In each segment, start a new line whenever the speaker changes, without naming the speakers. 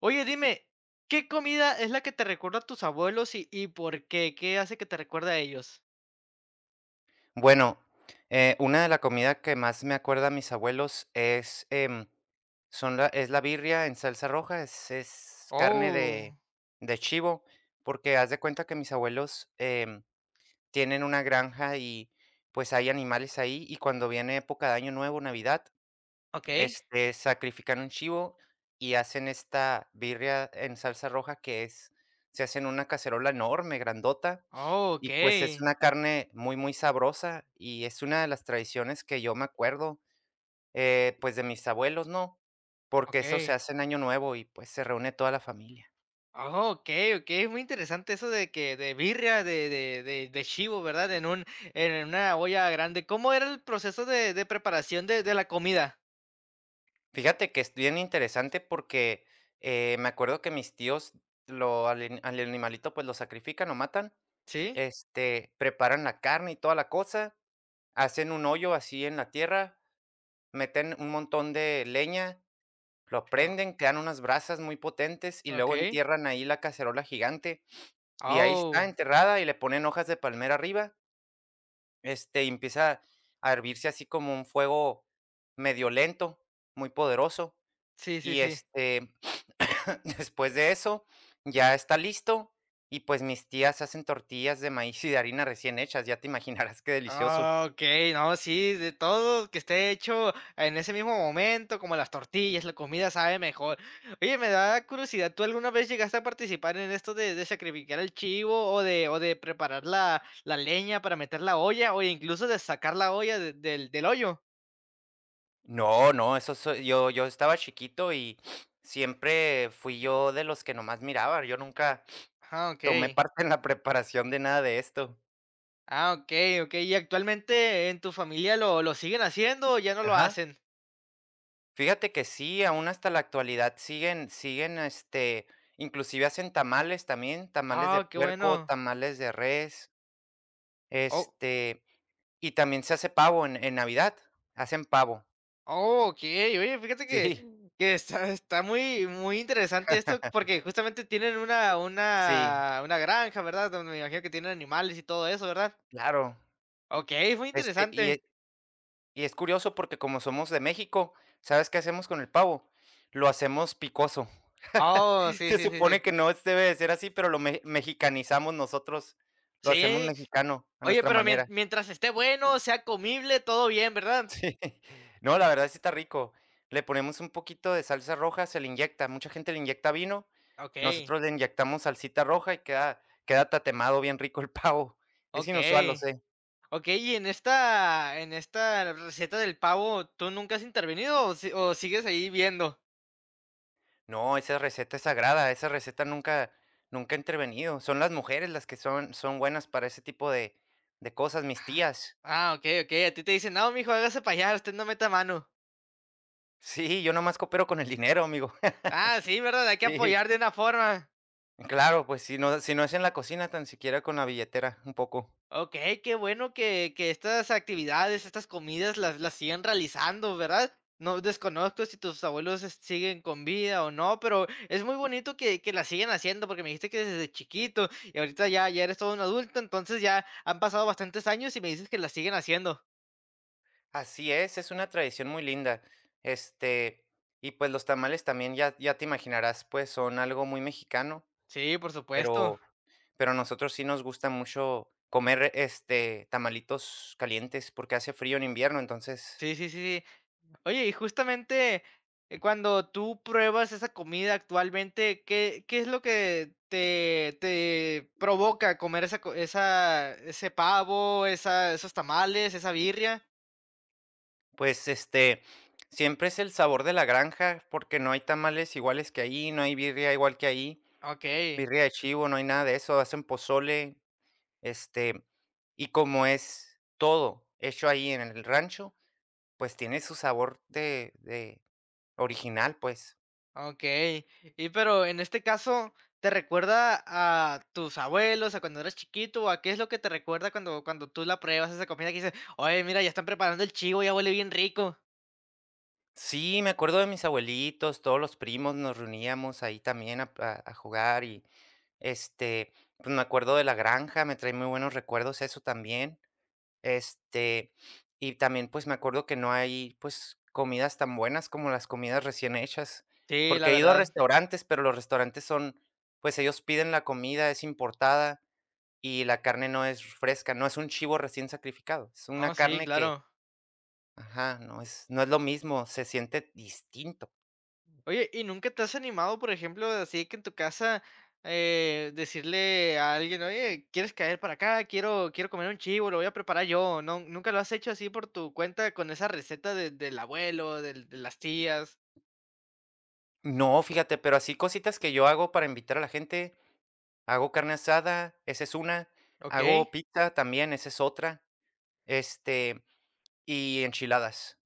Oye, dime, ¿qué comida es la que te recuerda a tus abuelos y por qué? ¿Qué hace que te recuerde a ellos?
Bueno, una de la comida que más me acuerda a mis abuelos es, son la es la birria en salsa roja, es carne
Oh,
de chivo, porque haz de cuenta que mis abuelos, tienen una granja y, pues, hay animales ahí, y cuando viene época de Año Nuevo, Navidad,
ok.
sacrifican un chivo y hacen esta birria en salsa roja que es se hace en una cacerola enorme, grandota,
Oh, ok.
y, pues, es una carne muy, muy sabrosa, y es una de las tradiciones que yo me acuerdo, pues, de mis abuelos, ¿no? Porque eso se
Ok.
hace en Año Nuevo y, pues, se reúne toda la familia.
Oh, ok, ok. Es muy interesante eso de que de birria, de chivo, ¿verdad? En una olla grande. ¿Cómo era el proceso de preparación de la comida?
Fíjate que es bien interesante porque, me acuerdo que mis tíos lo al ani al animalito, pues, lo sacrifican, lo matan,
¿Sí?
preparan la carne y toda la cosa, hacen un hoyo así en la tierra, meten un montón de leña. Lo
Oh,
prenden, crean unas brasas muy potentes y luego
ok.
entierran ahí la cacerola gigante, y ahí está
Oh,
enterrada, y le ponen hojas de palmera arriba, y empieza a hervirse así como un fuego medio lento, muy poderoso.
sí, sí,
Y,
sí.
después de eso, ya está listo, y, pues, mis tías hacen tortillas de maíz y de harina recién hechas, ya te imaginarás qué delicioso.
Ah, okey, no, sí, de todo que esté hecho en ese mismo momento, como las tortillas, la comida sabe mejor. Oye, me da curiosidad, ¿tú alguna vez llegaste a participar en esto de sacrificar el chivo o de preparar la leña para meter la olla o incluso de sacar la olla de del del hoyo?
No, no, eso soy yo yo estaba chiquito y siempre fui yo de los que nomás miraba, yo nunca
Ah,
tomé
okey.
parte en la preparación de nada de esto.
Ah, okey, okey. ¿Y actualmente en tu familia lo siguen haciendo o ya no lo
Ajá.
hacen?
Fíjate que sí, aún hasta la actualidad siguen, inclusive hacen tamales también, tamales de
Ah, qué
puerco,
bueno.
tamales de res,
Oh.
este, y también se hace pavo en Navidad, hacen pavo.
Oh, okey. Oye, fíjate que
Sí,
que está muy muy interesante esto, porque justamente tienen una
sí,
una una granja, ¿verdad? Donde me imagino que tienen animales y todo eso, ¿verdad?
claro.
Okey, muy
Este, y
interesante.
e y es curioso porque como somos de México, ¿sabes qué hacemos con el pavo? Lo hacemos picoso.
Oh, sí,
Se
sí, sí,
supone
sí.
que no es debe de ser así, pero lo me mexicanizamos nosotros, lo hacemos
Sí.
mexicano a
Oye,
nuestra
pero mien
manera.
mientras esté bueno, sea comible, todo bien, ¿verdad?
Sí. No, la verdad sí está rico. Le ponemos un poquito de salsa roja, se le inyecta, mucha gente le inyecta vino,
Okey,
nosotros le inyectamos salsita roja y queda tatemado bien rico el pavo. Es inusual, lo
okey.
sé.
Okey, y en esta receta del pavo, ¿tú nunca has intervenido o si o sigues ahí viendo?
No, esa receta es sagrada, esa receta nunca ha intervenido. Son las mujeres las que son buenas para ese tipo de cosas, mis tías.
Ah, okey, okey. A ti te dicen: "No, mijo, hágase para allá, usted no meta mano".
Sí, yo nomás coopero con el dinero, amigo.
Ah, sí, ¿verdad? Hay que
Sí.
apoyar de una forma.
Claro, pues si no es en la cocina, tan siquiera con la billetera, un poco.
Okey, qué bueno que estas actividades, estas comidas las siguen realizando, ¿verdad? No desconozco si tus abuelos, este, siguen con vida o no, pero es muy bonito que las siguen haciendo, porque me dijiste que desde chiquito y ahorita ya eres todo un adulto, entonces ya han pasado bastantes años y me dices que las siguen haciendo.
Así es una tradición muy linda. Este, y pues los tamales también ya te imaginarás, pues son algo muy mexicano,
Sí, por supuesto.
pero pero a nosotros sí nos gusta mucho comer, tamalitos calientes porque hace frío en invierno, entonces,
Sí, Sí, sí, sí. Oye, y justamente, cuando tú pruebas esa comida actualmente, ¿qué es lo que te provoca comer esa co esa ese pavo, esa esos tamales, esa birria?
pues, siempre es el sabor de la granja, porque no hay tamales iguales que ahí, no hay birria igual que ahí,
Okey,
birria de chivo, no hay nada de eso, hacen pozole. Este, y como es todo hecho ahí en el rancho, pues tiene su sabor de original, pues.
okey. Y pero en este caso, ¿te recuerda a tus abuelos, a cuando eras chiquito, o a qué es lo que te recuerda cuando tú la pruebas esa comida que dices: "Oye, mira, ya están preparando el chivo, ya huele bien rico"?
Sí, me acuerdo de mis abuelitos, todos los primos nos reuníamos ahí también a jugar y, este, pues, me acuerdo de la granja, me trae muy buenos recuerdos eso también. Este, y también, pues, me acuerdo que no hay, pues, comidas tan buenas como las comidas recién hechas,
Sí, la
porque he ido a
verdad.
restaurantes, pero los restaurantes son, pues, ellos piden la comida, es importada y la carne no es fresca, no es un chivo recién sacrificado, es una
No, sí,
carne que
claro.
ajá, no es lo mismo, se siente distinto.
Oye, ¿y nunca te has animado, por ejemplo, así que en tu casa, decirle a alguien, oye, ¿quieres caer para acá? Quiero comer un chivo, lo voy a preparar yo. ¿No, nunca lo has hecho así por tu cuenta con esa receta del abuelo, de las tías?
No, fíjate, pero así cositas que yo hago para invitar a la gente, hago carne asada, esa es una,
¿Ok?
hago pizza también, esa es otra, este, y enchiladas.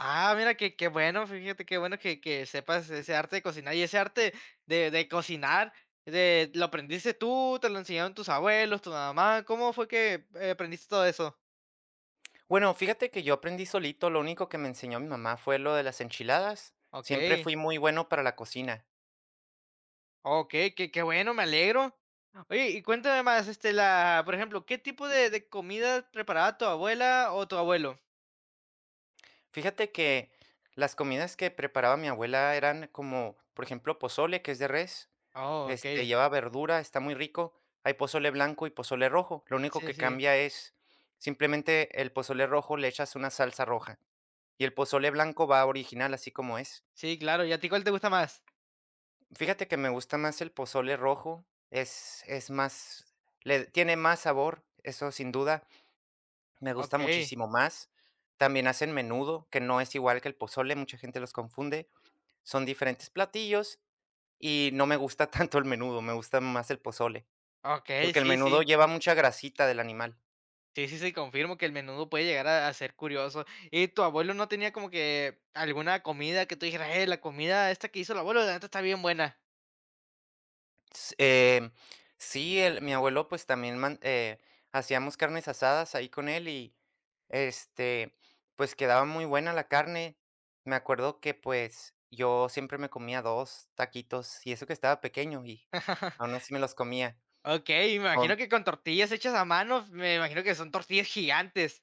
Ah, mira, qué bueno, fíjate, qué bueno que sepas ese arte de cocinar. Y ese arte de cocinar, ¿lo aprendiste tú? ¿Te lo enseñaron tus abuelos, tu mamá? ¿Cómo fue que aprendiste todo eso?
Bueno, fíjate que yo aprendí solito, lo único que me enseñó mi mamá fue lo de las enchiladas. Siempre
Ok.
fui muy bueno para la cocina.
Okey, qué bueno, me alegro. Oye, y cuéntame más, este, la por ejemplo, ¿qué tipo de comida preparaba tu abuela o tu abuelo?
Fíjate que las comidas que preparaba mi abuela eran como, por ejemplo, pozole, que es de res,
Oh, okey.
lleva verdura, está muy rico. Hay pozole blanco y pozole rojo. Lo único
Sí,
que
sí.
cambia es simplemente el pozole rojo le echas una salsa roja y el pozole blanco va original así como es.
Sí, claro. ¿Y a ti cuál te gusta más?
Fíjate que me gusta más el pozole rojo, es más le tiene más sabor, eso sin duda, me gusta
Okey,
muchísimo más. También hacen menudo, que no es igual que el pozole, mucha gente los confunde, son diferentes platillos y no me gusta tanto el menudo, me gusta más el pozole,
okey,
porque el
sí,
menudo
sí.
lleva mucha grasita del animal.
Sí, sí, sí, confirmo que el menudo puede llegar a ser curioso. ¿Y tu abuelo no tenía como que alguna comida que tú dijeras: la comida esta que hizo el abuelo, la neta está bien buena"?
S Sí, el mi abuelo, pues, también man hacíamos carnes asadas ahí con él y, este, pues, quedaba muy buena la carne. Me acuerdo que, pues, yo siempre me comía 2 taquitos, y eso que estaba pequeño, y aún así me los comía.
Okey, me
Am,
imagino que con tortillas hechas a mano, me imagino que son tortillas gigantes.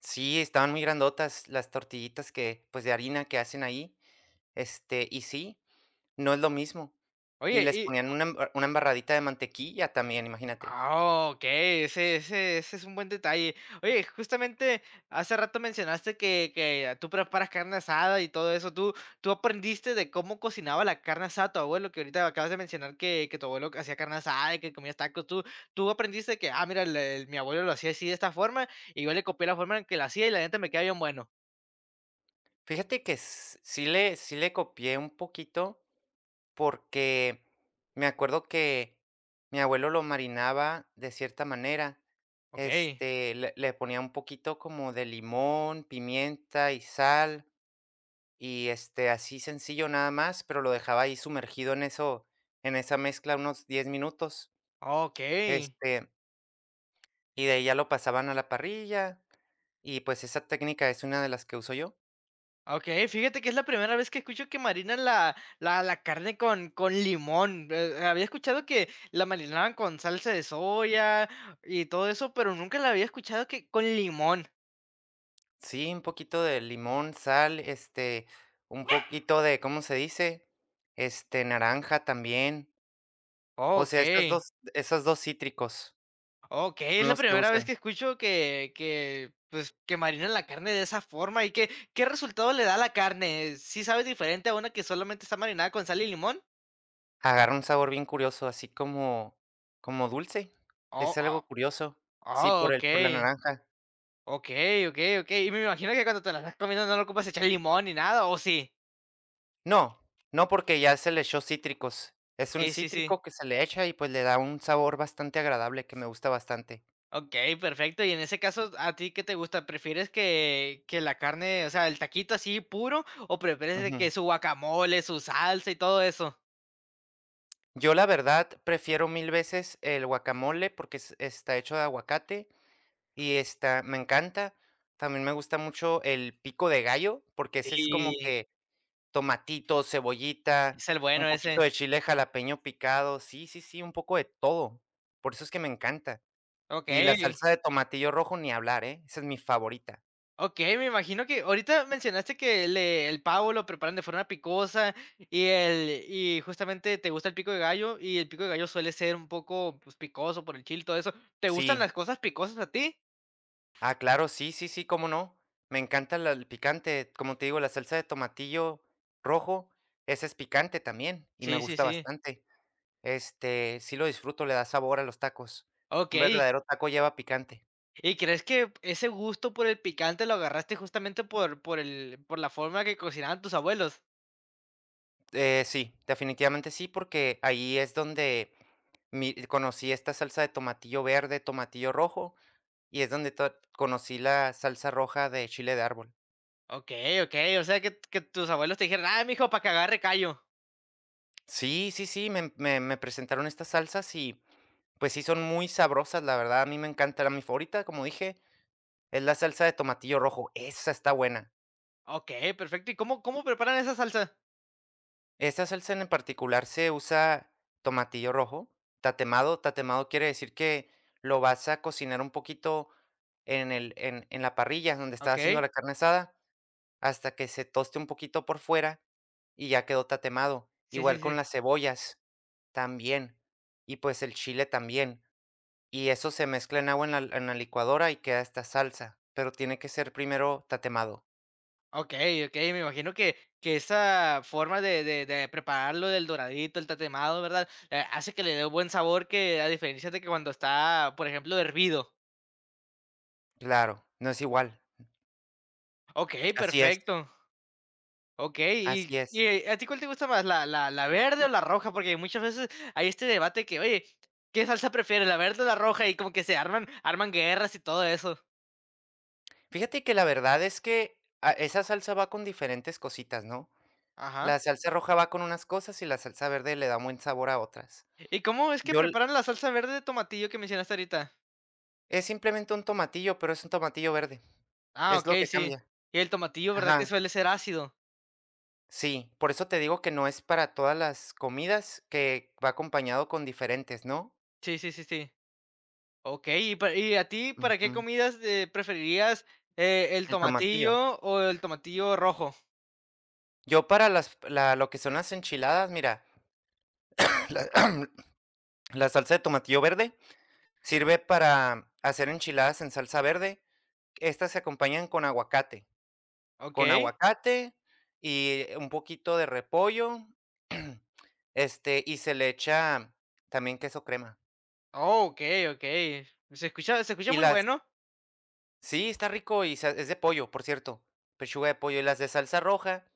sí, estaban muy grandotas las tortillitas que, pues, de harina que hacen ahí, y sí, no es lo mismo.
Oye,
Y les
y
ponían una embarradita de mantequilla también, imagínate.
Ah, okey, ese es un buen detalle. Oye, justamente hace rato mencionaste que tú preparas carne asada y todo eso, ¿tú aprendiste de cómo cocinaba la carne asada tu abuelo? Que ahorita acabas de mencionar que tu abuelo hacía carne asada y que comía tacos, ¿tú aprendiste que, ah, mira, el mi abuelo lo hacía así de esta forma y yo le copié la forma en que lo hacía y la neta me queda bien bueno?
Fíjate que s sí le copié un poquito, porque me acuerdo que mi abuelo lo marinaba de cierta manera,
Okey,
le ponía un poquito como de limón, pimienta y sal, y, así sencillo nada más, pero lo dejaba ahí sumergido en eso en esa mezcla unos 10 minutos,
okey.
este, y de ahí ya lo pasaban a la parrilla, y, pues, esa técnica es una de las que uso yo.
Okey, fíjate que es la primera vez que escucho que marinan la carne con limón. Había escuchado que la marinaban con salsa de soya y todo eso, pero nunca la había escuchado que con limón.
Sí, un poquito de limón, sal, un poquito de, ¿cómo se dice? Naranja también. O sea,
Okey,
esos 2 cítricos
okey, es
son
la
los que
primera vez
usan.
que escucho que, pues, que marinan la carne de esa forma. ¿Y qué resultado le da a la carne? ¿Sí sabe diferente a una que solamente está marinada con sal y limón?
Agarra un sabor bien curioso, así como dulce.
Oh,
Es algo
oh,
curioso. Sí,
ah,
por la
okey.
naranja.
Okey, okey, okey. Y me imagino que cuando te la estás comiendo no le ocupas echar limón ni nada, ¿o sí?
No, no, porque ya se le echó cítricos. Es un
Sí, sí, sí.
cítrico que se le echa y, pues, le da un sabor bastante agradable que me gusta bastante.
Okey, perfecto. Y en ese caso, ¿a ti qué te gusta? ¿Prefieres que la carne, o sea, el taquito así puro, o prefieres de que su guacamole, su salsa y todo eso?
Yo la verdad prefiero mil veces el guacamole porque está hecho de aguacate y está, me encanta. También me gusta mucho el pico de gallo porque ese es como
Sí.
que tomatito, cebollita,
Es el
un
bueno
poquito
ese.
de chile jalapeño picado, sí, sí, sí, un poco de todo. Por eso es que me encanta. Y la
Okey.
salsa de tomatillo rojo ni hablar, ¿eh? Esa es mi favorita.
Okey, me imagino que ahorita mencionaste que le el pavo lo preparan de forma picosa y justamente te gusta el pico de gallo, y el pico de gallo suele ser un poco, pues, picoso por el chile y todo eso, ¿te gustan
Sí,
las cosas picosas a ti?
ah, claro, sí, sí, sí, cómo no. Me encanta el picante, como te digo, la salsa de tomatillo rojo, ese es picante también y me
Sí, sí,
gusta
sí.
bastante. Sí lo disfruto, le da sabor a los tacos. Un
Okey, ¿y
verdadero taco lleva picante.
y crees que ese gusto por el picante lo agarraste justamente por la forma que cocinaban tus abuelos?
Sí, definitivamente sí, porque ahí es donde conocí esta salsa de tomatillo verde, tomatillo rojo, y es donde conocí la salsa roja de chile de árbol.
Okey, okey, o sea, que tus abuelos te dijeron: "Ah, mijo, para que agarre callo".
Sí, sí, sí, me presentaron estas salsas. Pues sí, son muy sabrosas, la verdad, a mí me encanta. La Mi favorita, como dije, es la salsa de tomatillo rojo, esa está buena.
Okey, perfecto, ¿y cómo preparan esa salsa?
Esa salsa en particular se usa tomatillo rojo, tatemado. Tatemado quiere decir que lo vas a cocinar un poquito en en la parrilla donde estás haciendo
Okey,
la carne asada, hasta que se toste un poquito por fuera y ya quedó tatemado.
sí, sí,
Igual con
sí.
las cebollas, también, y pues el chile también. Y eso se mezcla en agua en la licuadora y queda esta salsa, pero tiene que ser primero tatemado.
Okey, okey, me imagino que esa forma de prepararlo del doradito, el tatemado, ¿verdad? Hace que le dé un buen sabor que a diferencia de que cuando está, por ejemplo, hervido.
Claro, no es igual.
Okey,
Así es,
perfecto. Okey,
así es.
¿a ti cuál te gusta más, la verde o la roja? Porque muchas veces hay este debate que: "Oye, ¿qué salsa prefieres, la verde o la roja?". Y como que se arman guerras y todo eso.
Fíjate que la verdad es que, ah, esa salsa va con diferentes cositas, ¿no? La
Ajá.
salsa roja va con unas cosas y la salsa verde le da un buen sabor a otras.
¿Y cómo es que
Yo l
preparan la salsa verde de tomatillo que mencionaste ahorita?
Es simplemente un tomatillo, pero es un tomatillo verde,
Ah,
es lo
okey,
que
sí.
cambia.
Y el tomatillo, ¿verdad que
Ajá,
suele ser ácido?
sí, por eso te digo que no es para todas las comidas, que va acompañado con diferentes, ¿no?
Sí, sí, sí, sí. Okey, y pa y a ti, ¿para qué
Ujú,
comidas, preferirías, el
el tomatillo.
tomatillo o el tomatillo rojo?
Yo para las la lo que son las enchiladas, mira, la la salsa de tomatillo verde sirve para hacer enchiladas en salsa verde. Estas se acompañan con aguacate, con
Okey.
aguacate y un poquito de repollo, y se le echa también queso crema.
Oh, okey, okey. Se escucha
Y
muy
las
bueno.
Sí, está rico y sa es de pollo, por cierto, pechuga de pollo. Y las de salsa roja,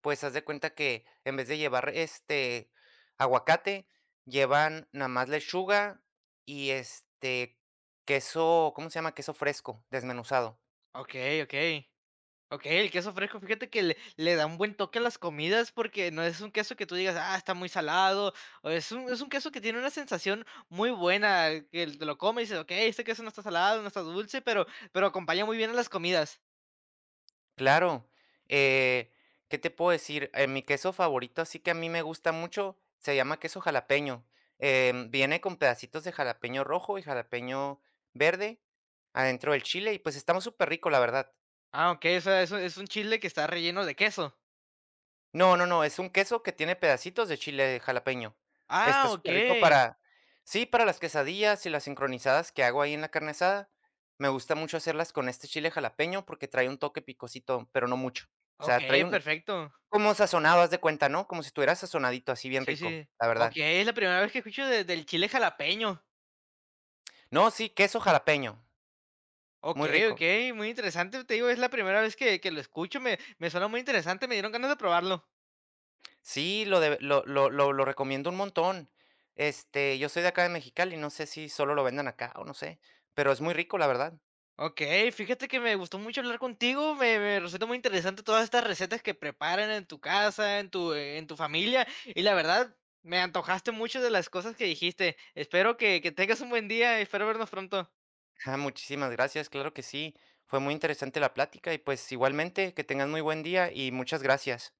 pues, haz de cuenta que en vez de llevar, aguacate, llevan nada más lechuga y, queso, ¿cómo se llama? Queso fresco, desmenuzado.
Okey, okey. Okey, el queso fresco, fíjate que le da un buen toque a las comidas, porque no es un queso que tú digas: "Ah, está muy salado", o es un queso que tiene una sensación muy buena, que te lo comes y dices: "Okey, este queso no está salado, no está dulce", pero acompaña muy bien a las comidas.
Claro, eh, ¿qué te puedo decir? Mi queso favorito, así que a mí me gusta mucho, se llama queso jalapeño. Viene con pedacitos de jalapeño rojo y jalapeño verde adentro del chile y, pues, está súper rico la verdad.
Ah, okey, o sea, es un chile que está relleno de queso.
No, no, no, es un queso que tiene pedacitos de chile jalapeño. Está
Ah,
súper rico
okey.
para sí, para las quesadillas y las sincronizadas que hago ahí en la carne asada. Me gusta mucho hacerlas con este chile jalapeño porque trae un toque picosito, pero no mucho. O sea,
Okey,
trae un
perfecto.
como sazonado, haz de cuenta, ¿no? Como si estuviera sazonadito, así bien
Sí,
rico,
sí.
la verdad.
Okey, es la primera vez que escucho de del chile jalapeño.
No, sí, queso jalapeño, muy
Okey,
rico.
okey, muy interesante. Te digo, es la primera vez que lo escucho, me suena muy interesante, me dieron ganas de probarlo.
Sí, lo de lo recomiendo un montón. Yo soy de acá de Mexicali, no sé si solo lo vendan acá o no sé, pero es muy rico, la verdad.
Okey, fíjate que me gustó mucho hablar contigo, me resulta muy interesante todas estas recetas que preparan en tu casa, en tu familia, y la verdad, me antojaste mucho de las cosas que dijiste. Espero que tengas un buen día, espero vernos pronto.
Ah, muchísimas gracias, claro que sí. Fue muy interesante la plática y pues igualmente que tengas muy buen día y muchas gracias.